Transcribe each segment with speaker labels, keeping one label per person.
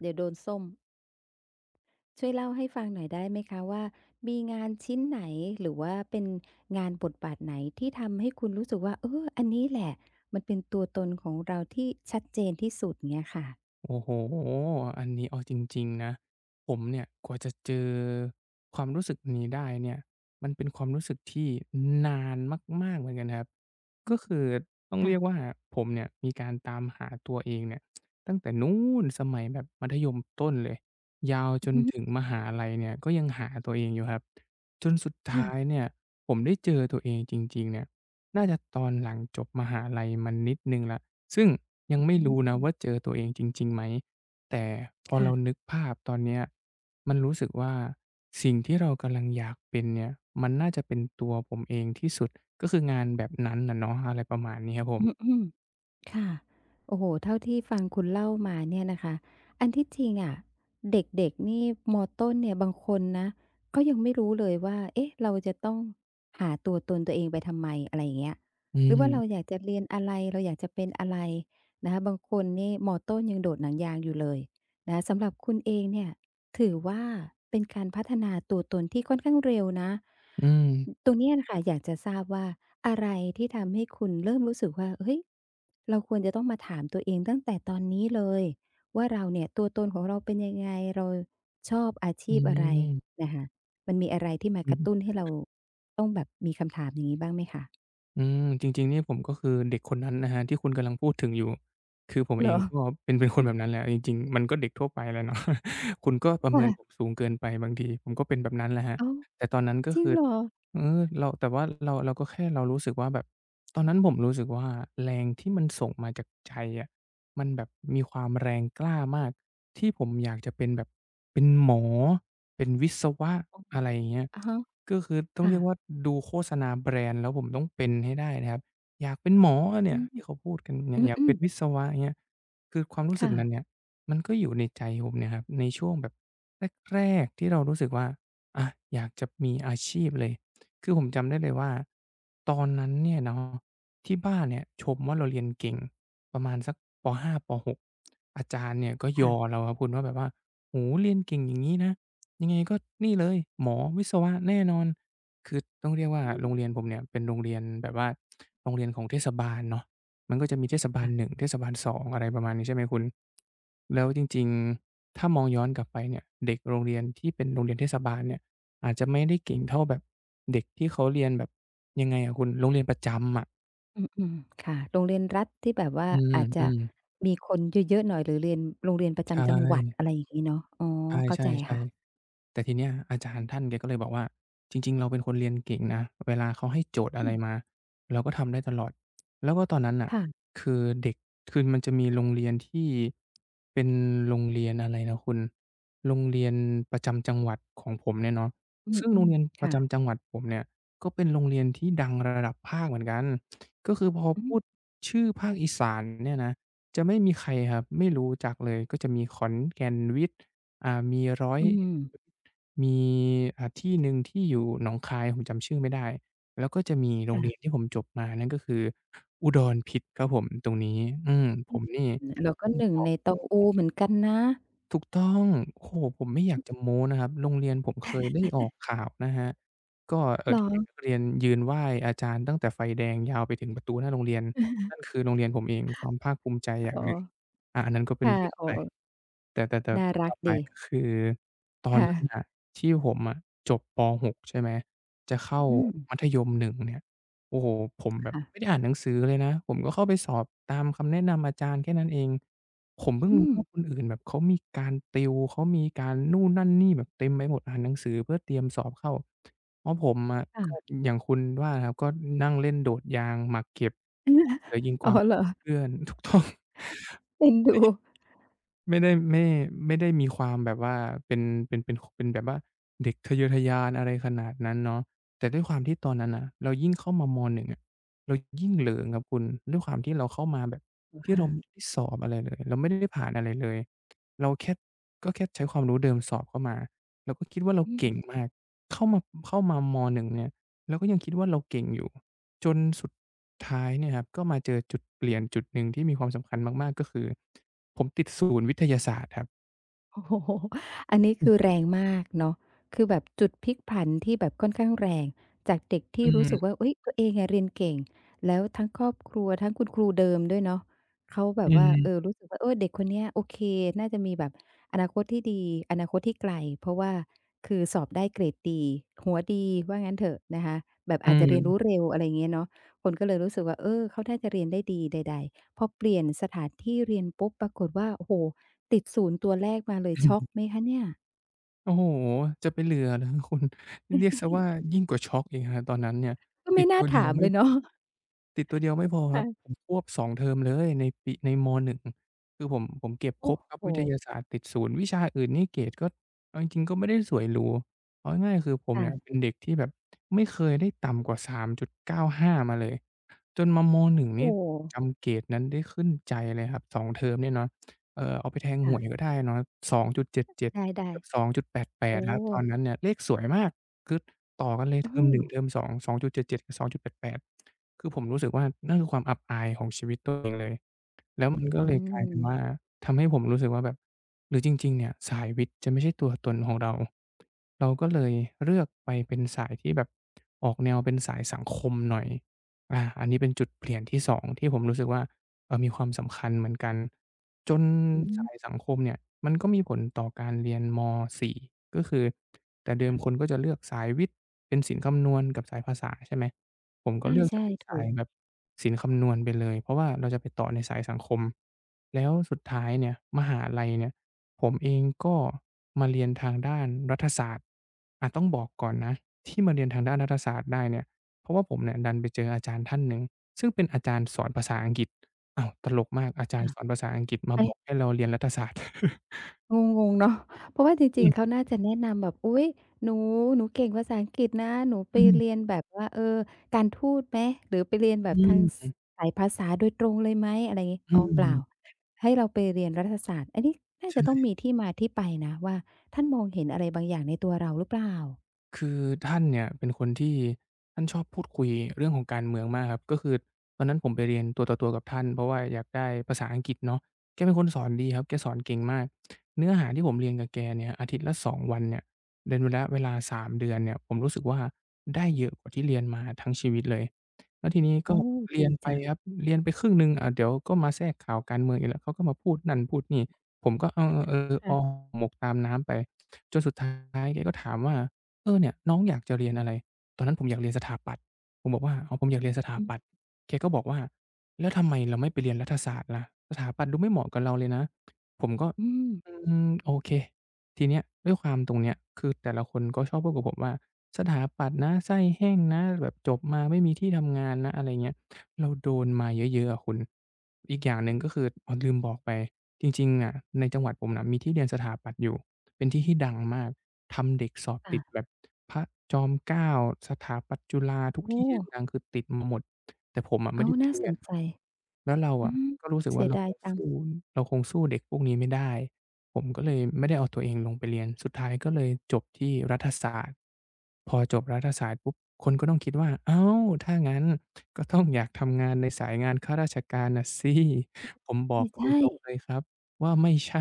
Speaker 1: เดี๋ยวโดนส้มช่วยเล่าให้ฟังหน่อยได้ไหมคะว่ามีงานชิ้นไหนหรือว่าเป็นงานบทบาทไหนที่ทำให้คุณรู้สึกว่าเอออันนี้แหละมันเป็นตัวตนของเราที่ชัดเจนที่สุดเงี้ยค่ะ
Speaker 2: โอ้โฮอันนี้เอาจริงๆนะผมเนี่ยกว่าจะเจอความรู้สึกนี้ได้เนี่ยมันเป็นความรู้สึกที่นานมากๆเหมือนกันครับก็คือต้องเรียก
Speaker 1: ค่ะ
Speaker 2: ว่าผมเนี่ยมีการตามหาตัวเองเนี่ยตั้งแต่นู้นสมัยแบบมัธยมต้นเลยยาวจ
Speaker 1: อือ
Speaker 2: น
Speaker 1: ฮึ
Speaker 2: ถึงมหาลัยเนี่ยก็ยังหาตัวเองอยู่ครับจนสุดท้าย
Speaker 1: ค่ะ
Speaker 2: เนี่ยผมได้เจอตัวเองจริงๆเนี่ยน่าจะตอนหลังจบมหาลัยมานิดหนึ่งแล้ว ซึ่งยังไม่
Speaker 1: อื
Speaker 2: รู้นะว่าเจ
Speaker 1: ม
Speaker 2: อตัวเองจริงๆไหมแต่พอเรา
Speaker 1: ค่ะ
Speaker 2: นึกภาพตอนเนี้ยมันรู้สึกว่าสิ่งที่เรากำลังอยากเป็นเนี่ยมันน่าจะเป็นตัวผมเองที่สุดก็คืองานแบบนั้นน่ะเนาะอะไรประมาณนี้ครับผ
Speaker 1: อ
Speaker 2: ม
Speaker 1: ือๆ ค่ะโอ้โฮเท่าที่ฟังคุณเล่ามาเนี่ยนะคะอันที่จริงอะเด็กๆนี่มต้นเนี่ยบางคนนะก็ยังไม่รู้เลยว่าเอ๊ะเราจะต้องหาตัวตนตัวเองไปทำไมอะไรอย่างเงี้ย
Speaker 2: อื
Speaker 1: หรือว่า
Speaker 2: ม
Speaker 1: เราอยากจะเรียนอะไรเราอยากจะเป็นอะไรนะคะบางคนนี่มต้นยังโดดหนังยางอยู่เลยนะคะสำหรับคุณเองเนี่ย ถือว่าเป็นการพัฒนาตัวตนที่ค่อนข้างเร็วนะ
Speaker 2: อืม
Speaker 1: ตรงเนี้ยน่ะค่ะอยากจะทราบว่าอะไรที่ทำให้คุณเริ่มรู้สึกว่าเฮ้ยเราควรจะต้องมาถามตัวเองตั้งแต่ตอนนี้เลยว่าเราเนี่ยตัวตนของเราเป็นยังไงเราชอบอา
Speaker 2: อื
Speaker 1: ชีพอะไร
Speaker 2: ม
Speaker 1: นะคะมันมีอะไรที่มา
Speaker 2: อื
Speaker 1: กระตุ้
Speaker 2: อ
Speaker 1: นให้เราต้องแบบมีคำถามอย่างงี้บ้างไหมคะ
Speaker 2: อืมจริงๆเนี่ยผมก็คือเด็กคนนั้นนะครับที่คุณกำลังพูดถึงอยู่คือผม
Speaker 1: เห
Speaker 2: เอ
Speaker 1: ร
Speaker 2: ง
Speaker 1: อ
Speaker 2: ก็เป็นคนแบบนั้นแหละจริงๆมันก็เด็กทั่วไปแหละเนาะ คุณก็ประเมิ
Speaker 1: ค่ะ
Speaker 2: น ผมสูงเกินไปบางทีผมก็เป็นแบบนั้นแหละครับ
Speaker 1: อ้าว
Speaker 2: แต่ตอนนั้นก็
Speaker 1: จริง
Speaker 2: คือ
Speaker 1: เหรอ
Speaker 2: เออเราแต่ว่าเราก็แค่เรารู้สึกว่าแบบตอนนั้นผมรู้สึกว่าแรงที่มันส่งมาจากใจอะมันแบบมีความแรงกล้ามากที่ผมอยากจะเป็นแบบเป็นหมอเป็นวิศวะอะไรอย่างเงี้ย
Speaker 1: อะฮะ
Speaker 2: ก็คือต้อง
Speaker 1: ค่ะ
Speaker 2: เรียกว่าดูโฆษณาแบรนด์แล้วผมต้องเป็นให้ได้นะครับอยากเป็นหมอเนี่
Speaker 1: อื
Speaker 2: ย
Speaker 1: ม
Speaker 2: ที่เขาพูดกันเนี่ยอยาก
Speaker 1: อือ
Speaker 2: เป็นวิ
Speaker 1: ๆ
Speaker 2: ศวะอย่างเงี้ยคือความรู้สึก
Speaker 1: ค่ะ
Speaker 2: นั้นเนี่ยมันก็อยู่ในใจผมเนี่ยครับในช่วงแบบแรกๆที่เรารู้สึกว่าอะอยากจะมีอาชีพเลยคือผมจำได้เลยว่าตอนนั้นเนี่ยเนาะที่บ้านเนี่ยชมว่าเราเรียนเก่งประมาณสักป5ป6อาจารย์เนี่ยก็ยอ
Speaker 1: ค่ะ
Speaker 2: เราครับคุณว่าแบบว่าโอ้โฮเรียนเก่งอย่างงี้นะ ยังไงก็นี่เลยหมอวิศวะแน่นอนคือต้องเรียกว่า
Speaker 1: อื
Speaker 2: โร
Speaker 1: ม
Speaker 2: งเรียนผมเนี่ยเป็นโรงเรียนแบบว่าโรงเรียนของเทศบาลเนาะมันก็จะมีเทศบาลห
Speaker 1: ค่ะ
Speaker 2: นึ่งเทศบาล2องอะไรประมาณนี้ใช่ไหมคุณแล้วจริงๆถ้ามองย้อนกลับไปเนี่ยเด็กโรงเรียนที่เป็นโรงเรียนเทศบาลเนี่ยอาจจะไม่ได้เก่งเท่าแบบเด็กที่เขาเรียนแบบยังไงอะคุณโรงเรียนประจำอะ
Speaker 1: อืมอืมค่ะโรงเรียนรัฐที่แบบว่า
Speaker 2: อื
Speaker 1: อาจจะ
Speaker 2: มๆ
Speaker 1: มีคนเยอะๆหน่อยหรือเรียนโรงเรียนประ
Speaker 2: ใช่
Speaker 1: จำจังหวัดอะไรอย่างงี้เนาะอ๋อเข้าใจ
Speaker 2: ใช่ๆ
Speaker 1: ค่ะ
Speaker 2: ๆ แต่ทีเนี้ยอาจารย์ท่านแกก็เลยบอกว่าจริงๆเราเป็นคนเรียนเก่งนะเวลาเขาให้โจทย์อะ
Speaker 1: อื
Speaker 2: ไร
Speaker 1: ม
Speaker 2: มาเราก็ทำได้ตลอดแล้วก็ตอนนั้นน่ะ
Speaker 1: ค่ะ
Speaker 2: คือเด็กคือมันจะมีโรงเรียนที่เป็นโรงเรียนอะไรนะคุณโรงเรียนประจำจังหวัดของผมเนี่ยเนาะ
Speaker 1: อื
Speaker 2: ซึ่งโรง
Speaker 1: ม
Speaker 2: เรียน
Speaker 1: ๆ
Speaker 2: ประ
Speaker 1: ค่ะ
Speaker 2: จำจังหวัดผมเนี่ยก็เป็นโรงเรียนที่ดังระดับภาคเหมือนกันก็คือพอ
Speaker 1: อือฮึ
Speaker 2: พูดชื่อภาคอีสานเนี่ยนะจะไม่มีใครครับไม่รู้จักเลยก็จะมีขอนแก่นวิทย์อ่ามีร้อย
Speaker 1: อื
Speaker 2: เอ็ด
Speaker 1: ม
Speaker 2: มีที่หนึ่งที่อยู่หนองคายผมจำชื่อไม่ได้แล้วก็จะมีโรง
Speaker 1: ค่ะ
Speaker 2: เรียนที่ผมจบมานั่นก็คืออุดรพิทย์ครับผมตรงนี้อืมผ
Speaker 1: อื
Speaker 2: มนี่
Speaker 1: มเราก็
Speaker 2: อื
Speaker 1: ห
Speaker 2: ม
Speaker 1: นึ่ง
Speaker 2: พอ
Speaker 1: ในตองอูเหมือนกันนะ
Speaker 2: ถูกต้องโอ้โฮผมไม่อยากจะโม้นะครับโรงเรียนผมเคยได้ออกข่าวนะครับก็
Speaker 1: เหรอ
Speaker 2: ที่เด็กนักเรียนยืนไหว้อาจารย์ตั้งแต่ไฟแดงยาวไปถึงประตูหน้าโรงเรียน นั่นคือโรงเรียนผมเอง ความภาคภูมิใจอย่าง
Speaker 1: อ๋อ
Speaker 2: หนึ่งอันนั้นก็เป็น
Speaker 1: ค่ะ
Speaker 2: เรื่อง
Speaker 1: อ๋อ
Speaker 2: ไปแต่
Speaker 1: ๆน่า
Speaker 2: ค
Speaker 1: รัก
Speaker 2: วามหมา
Speaker 1: ดี
Speaker 2: ยก็คือตอนนั้น
Speaker 1: ค่ะ
Speaker 2: น่ะที่ผมอะจบป6ใช่ไหมจะเข้า
Speaker 1: อืม
Speaker 2: มัธยมหนึ่งเนี่ยโอ้โฮผมแบบ
Speaker 1: ค่ะ
Speaker 2: ไม่ได้อ่านหนังสือเลยนะ ผมก็เข้าไปสอบตามคำแนะนำอาจารย์แค่นั้นเอง ผมเพิ่ง
Speaker 1: อื
Speaker 2: รู้
Speaker 1: ม
Speaker 2: ว่าคนอื่นแบบเขามีการติวเขามีการนู่นนั่นนี่แบบเต็มไปหมดอ่านหนังสือเพื่อเตรียมสอบเข้าเพราะผมอะ
Speaker 1: ค่ะ
Speaker 2: ก็อย่างคุณว่านะครับก็นั่งเล่นโดดยางหมากเก็บหมากเสือยิง ก
Speaker 1: อ๋อ
Speaker 2: วาง
Speaker 1: เหรอ
Speaker 2: เพื่อน ถูกต้อง
Speaker 1: เอ็นดู
Speaker 2: ไม่ได้ไม่ไม่ได้มีความแบบว่าเป็นเป็นแบบว่าเด็กทะเยอทะยานอะไรขนาดนั้นเนาะแต่ด้วยความที่ตอนนั้นน่ะเรายิ่งเข้ามามหนึ่งอะเรายิ่งเหลิงครับคุณด้วยความที่เราเข้ามาแบบ
Speaker 1: เหรอ
Speaker 2: ที่
Speaker 1: คะ
Speaker 2: เราไม่ได้สอบอะไรเลยเราไม่ได้ผ่านอะไรเลยเราแค่ก็แค่ใช้ความรู้เดิมสอบเข้ามาเราก็คิดว่าเรา
Speaker 1: อื
Speaker 2: เก่ง
Speaker 1: ม
Speaker 2: มากเข้ามาเข้ามามหนึ่งเนี่ยเราก็ยังคิดว่าเราเก่งอยู่ จนสุดท้ายเนี่ยครับก็มาเจอจุดเปลี่ยนจุดหนึ่งที่มีความสำคัญมากๆก็คือผมติดศูนย์วิทยาศาสตร์ครับ
Speaker 1: โอ้โฮอันนี้
Speaker 2: อ
Speaker 1: คือแรงมากเนาะคือแบบจุดพลิกผันที่แบบค่อนข้างแรงจากเด็กที่
Speaker 2: ื
Speaker 1: รู้สึกว่า
Speaker 2: ม
Speaker 1: เฮ้ยตัวเองอะเรียนเก่งแล้วทั้งครอบครัวทั้งคุณครูเดิมด้วยเนาะเขาแบ
Speaker 2: อื
Speaker 1: บว่า
Speaker 2: ม
Speaker 1: เออรู้สึกว่าเออเด็กคนเนี้ยโอเคน่าจะมีแบบอนาคตที่ดีอนาคตที่ไกลเพราะว่าคือสอบได้เกรดดีหัวดีว่างั้นเถอะนะคะแบบ
Speaker 2: อื
Speaker 1: อาจจะเรี
Speaker 2: ม
Speaker 1: ยนรู้เร็วอะไรอย่างเงี้ยเนาะคนก็เลยรู้สึกว่าเออเขาน่าจะเรียนได้ดีใดๆพอเปลี่ยนสถานที่เรียนปุ๊บปรากฏว่าโอ้โฮ ติดศูนย์ตัวแรกมาเลยช็อกไหมคะเนี่ย
Speaker 2: โอ้โฮจะไปเหลือเหรอครับคุณเรียกเสียว่ายิ่งกว่าช็อกอีกครับตอนนั้นเนี่ย
Speaker 1: ก็
Speaker 2: ติ
Speaker 1: ไม่
Speaker 2: ดตั
Speaker 1: น่า
Speaker 2: วเดียว
Speaker 1: ถาม
Speaker 2: ไม่
Speaker 1: เลยเนาะ
Speaker 2: ติดตัวเดียวไม่พอ ครับผ
Speaker 1: ค่ะ
Speaker 2: มควบสองเทอมเลยในปีในม1คือผมเก็บคร
Speaker 1: โอ้
Speaker 2: บครับ
Speaker 1: โฮ
Speaker 2: วิทยาศาสตร์ติดศูนย์วิชาอื่นนี่เกรดก็เอาจริงๆก็ไม่ได้สวยหรูเอาง่ายๆคือผมเนี่ย
Speaker 1: ค่ะ
Speaker 2: เป็นเด็กที่แบบไม่เคยได้ต่ำกว่า3.95มจุดเก้าห้ามาเลย จนมามหนึ่งนี่
Speaker 1: โอ้โฮ
Speaker 2: จำเกรดนั้นได้ขึ้นใจเลยครับ2เทอมเนี่ยเนาะเอาไปแทงห
Speaker 1: ค่ะ
Speaker 2: วยก็ได้เนาะ2.77
Speaker 1: ได้
Speaker 2: กับ
Speaker 1: ๆโอ้
Speaker 2: 2.88ครับตอนนั้นเนี่ยเลขสวยมากคือต่อกันเลย
Speaker 1: เอ
Speaker 2: เทอมห
Speaker 1: อ
Speaker 2: นึ่งเทอม2จ7 7กับ2.88คือผมรู้สึกว่านั่นคือความอับอายของชีวิตตัวเองเลยแล้วมันก็
Speaker 1: อื
Speaker 2: เลยกลายเป็นว่า
Speaker 1: ม
Speaker 2: ทำให้ผมรู้สึกว่าแบบหรือจริงๆเนี่ยสายวิทย์จะไม่ใช่ตัวตนของเรา เราก็เลยเลือกไปเป็นสายที่แบบออกแนวเป็นสายสังคมหน่อยอาอันนี้เป็นจุดเปลี่ยนที่สองที่ผมรู้สึกว่ามีความสำคัญเหมือนกันจน
Speaker 1: อื
Speaker 2: สา
Speaker 1: ม
Speaker 2: ยสังคมเนี่ยมันก็มีผลต่อการเรียนม4ก็คือแต่เดิมคน
Speaker 1: ค่ะ
Speaker 2: ก็จะเลือกสายวิทย์เป็นศิลป์คำนวณกับสายภาษาใช่ไหม ผมก็เลือกจะ
Speaker 1: ใช่
Speaker 2: เป็น
Speaker 1: ๆถู
Speaker 2: สาย
Speaker 1: ก
Speaker 2: แบบศิลป์คำนวณไปเลยเพราะว่าเราจะไปต่อในสายสังคมแล้วสุดท้ายเนี่ยมหาลัยเนี่ยผมเองก็มาเรียนทางด้านรัฐศาสตร์อาต้องบอกก่อนนะที่มาเรียนทางด้านรัฐศาสตร์ได้เนี่ยเพราะว่าผมเนี่ยดันไปเจออาจารย์ท่านหนึ่งซึ่งเป็นอาจารย์สอนภาษาอังกฤษอ้าวตลกมากอาจาร
Speaker 1: ค่ะ
Speaker 2: ย์สอนภาษาอังกฤษมาบอก
Speaker 1: ใช่
Speaker 2: ให้เราเรียนรัฐศาสตร์
Speaker 1: งงๆเนาะเพราะว่าจริง
Speaker 2: อื
Speaker 1: ๆเขา
Speaker 2: ม
Speaker 1: น่าจะแนะนำแบบอุ๊ยหนูหนูเก่งภาษาอังกฤษนะหนูไป
Speaker 2: อื
Speaker 1: เรีย
Speaker 2: ม
Speaker 1: นแบบว่าเออการทูตไหมหรือไปเรียนแบบ
Speaker 2: อื
Speaker 1: ทาง
Speaker 2: ม
Speaker 1: สสายภาษาโดยตรงเลยไหมอะไรงี้
Speaker 2: อื
Speaker 1: อ๋อเปล่า
Speaker 2: ม
Speaker 1: ให้เราไปเรียนรัฐศาสตร์อันนี้น่า
Speaker 2: ใช
Speaker 1: จะต้อ
Speaker 2: ่
Speaker 1: งมีที่มาที่ไปนะว่าท่านมองเห็นอะไรบางอย่างในตัวเราหรือเปล่า
Speaker 2: คือท่านเนี่ยเป็นคนที่ท่านชอบพูดคุยเรื่องของการเมืองมากครับก็คือตอนนั้นผมไปเรียนตัวต่อตัวกับท่านเพราะว่าอยากได้ภาษาอังกฤษเนาะแกเป็นคนสอนดีครับแกสอนเก่งมากเนื้อหาที่ผมเรียนกับแกเนี่ยอาทิตย์ละสองวันเนี่ยเป็นระยะเวลาสามเดือนเนี่ยผมรู้สึกว่าได้เยอะกว่าที่เรียนมาทั้งชีวิตเลยแล้วทีนี้ก็
Speaker 1: โอ้
Speaker 2: เรีย
Speaker 1: ดี
Speaker 2: นไป
Speaker 1: จัง
Speaker 2: ครับเรียนไปครึ่งหนึ่งเดี๋ยวก็มาแทรกข่าวการเมืองอีกแล้วเขาก็มาพูดนั่นพูดนี่ผมก็เออๆๆออหมกตามน้ำไปจนสุดท้ายแกก็ถามว่า เออเนี่ยน้องอยากจะเรียนอะไร ตอนนั้นผมอยากเรียนสถาปัตย์ผมบอกว่าอ๋อผมอยากเรียนส
Speaker 1: อือ
Speaker 2: ถา
Speaker 1: ฮึ
Speaker 2: ปัตย์แกก็บอกว่าแล้วทำไมเราไม่ไปเรียนรัฐศาสตร์ล่ะสถาปัตย์ดูไม่เหมาะกับเราเลยนะผมก็
Speaker 1: อืม
Speaker 2: อืมโอเคทีเนี้ยด้วยความตรงเนี้ยคือแต่ละคนก็ชอบพูดกับผมว่าสถาปัตย์นะไส้แห้งนะแบบจบมาไม่มีที่ทำงานนะอะไรเงี้ยเราโดนมาเยอะๆอะคุณอีกอย่างหนึ่งก็คืออ๋อลืมบอกไปจริงๆอะในจังหวัดผมน่ะมีที่เรียนสถาปัตย์อยู่ เป็นที่ที่ดังมากทำเด็กสอบติดแบ
Speaker 1: ค่ะ
Speaker 2: บพระจอมเกล้า สถาปัตย์จุฬาทุก
Speaker 1: โอ้
Speaker 2: ที่ที่ดังๆคือติดมาหมดแต่ผมอะไม่
Speaker 1: อ้าว
Speaker 2: ได้ไป
Speaker 1: น่า
Speaker 2: เรี
Speaker 1: ส
Speaker 2: ย
Speaker 1: น
Speaker 2: น
Speaker 1: ใจ
Speaker 2: แล้วเรา
Speaker 1: อื
Speaker 2: อะ
Speaker 1: ม
Speaker 2: ก็รู้สึก
Speaker 1: เสี
Speaker 2: ว่า
Speaker 1: ยดายจัง
Speaker 2: เราคงสู้เด็กพวกนี้ไม่ได้ผมก็เลยไม่ได้เอาตัวเองลงไปเรียน สุดท้ายก็เลยจบที่รัฐศาสตร์พอจบรัฐศาสตร์ปุ๊บคนก็ต้องคิดว่าอ้าวถ้างั้นก็ต้องอยากทำงานในสายงานข้าราชการน่ะสิผมบอกต
Speaker 1: ใช่
Speaker 2: รงๆเลย
Speaker 1: ๆ
Speaker 2: ครับว่าไม่ใช่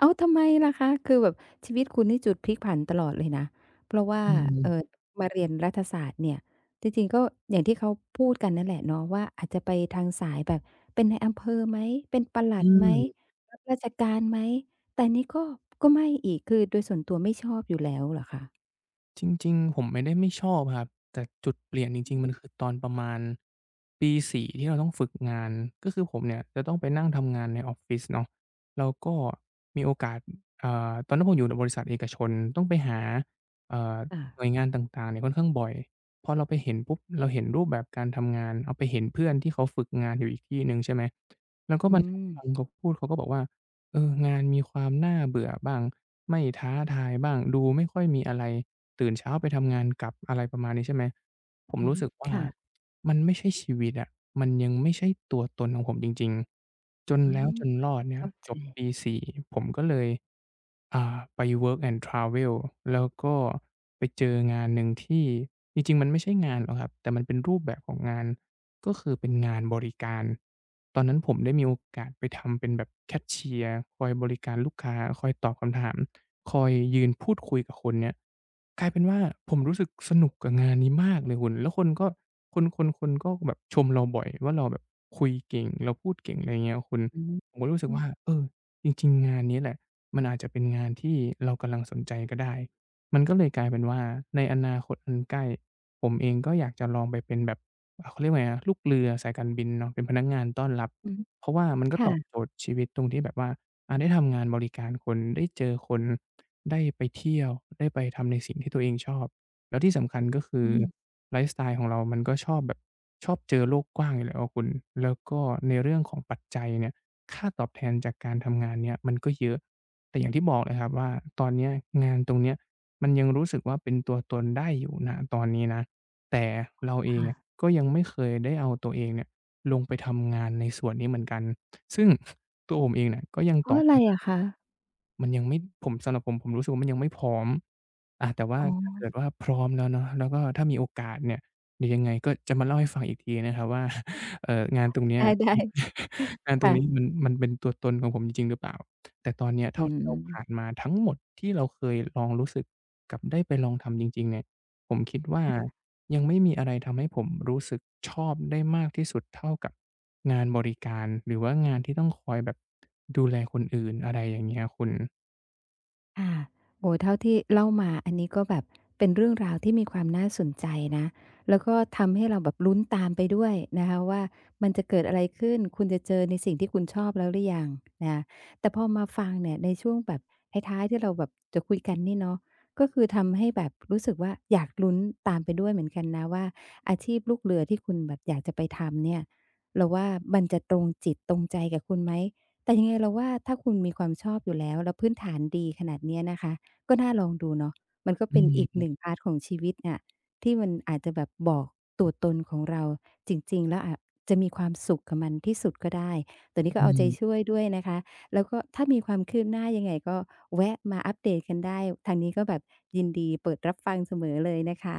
Speaker 1: อ้าวทำไมล่ะคะ คือแบบชีวิตคุณนี่จุดพลิกผันตลอดเลยนะ เพราะว่า
Speaker 2: อื
Speaker 1: เอ่อ
Speaker 2: ม
Speaker 1: มาเรียนรัฐศาสตร์เนี่ยจริงๆก็อย่างที่เขาพูดกันนั่นแหละเนาะว่าอาจจะไปทางสายแบบเป็นนายอำเภอไหมเป็นปลั
Speaker 2: อื
Speaker 1: ดไหม
Speaker 2: ม
Speaker 1: รับราชการไหมแต่นี่ก็ก็ไม่อีกคือโดยส่วนตัวไม่ชอบอยู่แล้วเหรอคะ
Speaker 2: จริงๆผมไม่ได้ไม่ชอบครับแต่จุดเปลี่ยนจริงๆมันคือตอนประมาณปีสี่ที่เราต้องฝึกงานก็คือผมเนี่ยจะต้องไปนั่งทำงานในออฟฟิศเนาะแล้วก็มีโอกาสตอนนั้นผมอยู่ในบริษัทเอกชนต้องไปหาเอ่อหน่วย
Speaker 1: ค่ะ
Speaker 2: งานต่างๆเนี่ยค่อนข้างบ่อยพอเราไปเห็นปุ๊บเราเห็นรูปแบบการทำงานเอาไปเห็นเพื่อนที่เขาฝึกงานอยู่อีกที่หนึ่งใช่ไหมเราก็
Speaker 1: อื
Speaker 2: มานั่ง
Speaker 1: ม
Speaker 2: ฟังเขาพูดเขาก็บอกว่า เอองานมีความน่าเบื่อบ้างไม่ท้าทายบ้างดูไม่ค่อยมีอะไรตื่นเช้าไปทำงานกลับอะไรประมาณนี้ใช่ไหมผม
Speaker 1: อือ
Speaker 2: รู้
Speaker 1: ฮึ
Speaker 2: สึกว่า
Speaker 1: ค่ะ
Speaker 2: มันไม่ใช่ชีวิตอะมันยังไม่ใช่ตัวตนของผมจริงๆ จน
Speaker 1: อื
Speaker 2: แล้ว
Speaker 1: ม
Speaker 2: จนรอดเนี่ย
Speaker 1: เข้าใจ
Speaker 2: จบปี4ผมก็เลยไป work and travel แล้วก็ไปเจองานหนึ่งที่จริงๆ มันไม่ใช่งานหรอกครับ แต่มันเป็นรูปแบบของงาน ก็คือเป็นงานบริการ ตอนนั้นผมได้มีโอกาสไปทำเป็นแบบแคชเชียร์คอยบริการลูกค้า คอยตอบคำถาม คอยยืนพูดคุยกับคนเนี่ย กลายเป็นว่าผมรู้สึกสนุกกับงานนี้มากเลยคุณแล้วคนก็คนก็แบบชมเราบ่อยว่าเราแบบคุยเก่งเราพูดเก่งอะไรอย่างเงี้ยคุณ
Speaker 1: อืม
Speaker 2: ผมก็รู้สึก
Speaker 1: อืม
Speaker 2: ว่าเออจริงๆงานนี้แหละมันอาจจะเป็นงานที่เรากำลังสนใจก็ได้มันก็เลยกลายเป็นว่าในอนาคตอันใกล้ผมเองก็อยากจะลองไปเป็นแบบเขาเรียกว่าไงนะลูกเรือสายการบินเนาะเป็นพนักงานต้อนรับ
Speaker 1: อือฮึ
Speaker 2: เพราะว่ามันก็ตอบโจ
Speaker 1: ค่ะ
Speaker 2: ทย์ชีวิตตรงที่แบบว่าได้ทำงานบริการคนได้เจอคน ได้ไปเที่ยวได้ไปทำในสิ่งที่ตัวเองชอบแล้วที่สำคัญก็คื
Speaker 1: อื
Speaker 2: อ
Speaker 1: ม
Speaker 2: ไลฟ์สไตล์ของเรามันก็ชอบแบบชอบเจอโลกกว้างอยู่แล้วอะคุณแล้วก็ในเรื่องของปัจจัยเนี่ยค่าตอบแทนจากการทำงานเนี่ยมันก็เยอะแต่อย่างที่บอกเลยครับว่าตอนเนี้ยงานตรงเนี้ยมันยังรู้สึกว่าเป็นตัวตนได้อยู่ณตอนนี้นะแต่เราเองอะ
Speaker 1: ค่ะ
Speaker 2: ก็ยังไม่เคยได้เอาตัวเองเนี่ยลงไปทำงานในส่วนนี้เหมือนกันซึ่งตัวผมเองเนี่ยก็ยัง
Speaker 1: เพ
Speaker 2: ต
Speaker 1: ราะ
Speaker 2: อบ
Speaker 1: อะไร
Speaker 2: ไม่ได้
Speaker 1: อะคะ
Speaker 2: มันยังไม่สำหรับผมรู้สึกว่ามันยังไม่พร้อมแต่ว่า
Speaker 1: อ๋อ
Speaker 2: ถ้าเกิดว่าพร้อมแล้วเนาะแล้วก็ถ้ามีโอกาสเนี่ยเดี๋ยวยังไงก็จะมาเล่าให้ฟังอีกทีนะครับว่า งานตรง
Speaker 1: ไ
Speaker 2: เนี้ย มั
Speaker 1: ด้
Speaker 2: นงาน
Speaker 1: ๆ
Speaker 2: ตรงนี้
Speaker 1: ค่ะ
Speaker 2: มันเป็นตัวตนของผมจริงๆหรือเปล่าแต่ตอนเนี้ย
Speaker 1: อื
Speaker 2: เท่าที่เราผ่าน
Speaker 1: ม
Speaker 2: มาทั้งหมดที่เราเคยลองรู้สึกกับได้ไปลองทำจริงๆเนี่ยผมคิดว่า ยังไม่มีอะไรทำให้ผมรู้สึกชอบได้มากที่สุดเท่ากับงานบริการหรือว่างานที่ต้องคอยแบบดูแลคนอื่นอะไรอย่างเงี้ยคุณ
Speaker 1: ค่ะโอ้โฮเท่าที่เล่ามาอันนี้ก็แบบเป็นเรื่องราวที่มีความน่าสนใจนะแล้วก็ทำให้เราแบบลุ้นตามไปด้วยนะคะว่ามันจะเกิดอะไรขึ้นคุณจะเจอในสิ่งที่คุณชอบแล้วหรือยังนะคะแต่พอมาฟังเนี่ยในช่วงแบบท้ายๆที่เราแบบจะคุยกันนี่เนาะก็คือทำให้แบบรู้สึกว่าอยากลุ้นตามไปด้วยเหมือนกันนะว่าอาชีพลูกเรือที่คุณแบบอยากจะไปทำเนี่ยเราว่ามันจะตรงจิตตรงใจกับคุณไหม แต่ยังไงเราว่าถ้าคุณมีความชอบอยู่แล้วแล้วพื้นฐานดีขนาดเนี้ยนะคะก็น่าลองดูเนาะมันก็
Speaker 2: อื
Speaker 1: เป็นอีกห
Speaker 2: ม
Speaker 1: นงพาร์ตของชีวิตน่ะที่มันอาจจะแบบบอกตัวตนของเราจริงๆแล้วอาจจะมีความสุขกับมันที่สุดก็ได้ตัวนี้ก็
Speaker 2: อื
Speaker 1: เอาใจช่
Speaker 2: ม
Speaker 1: วยด้วยนะคะแล้วก็ถ้ามีความคืบหน้ายังไงก็แวะมาอัปเดตกันได้ทางนี้ก็แบบยินดีเปิดรับฟังเสมอเลยนะคะ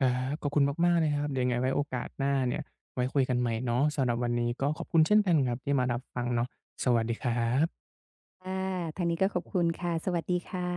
Speaker 2: ครับขอบคุณมากๆเลยครับเดี๋ยวยังไงไว้โอกาสหน้าเนี่ยไว้คุยกันใหม่เนาะสำหรับวันนี้ก็ขอบคุณเช่นกันครับที่มารับฟังเนาะสวัสดีครับ
Speaker 1: ค่ะทางนี้ก็ขอบคุณค่ะสวัสดีค่ะ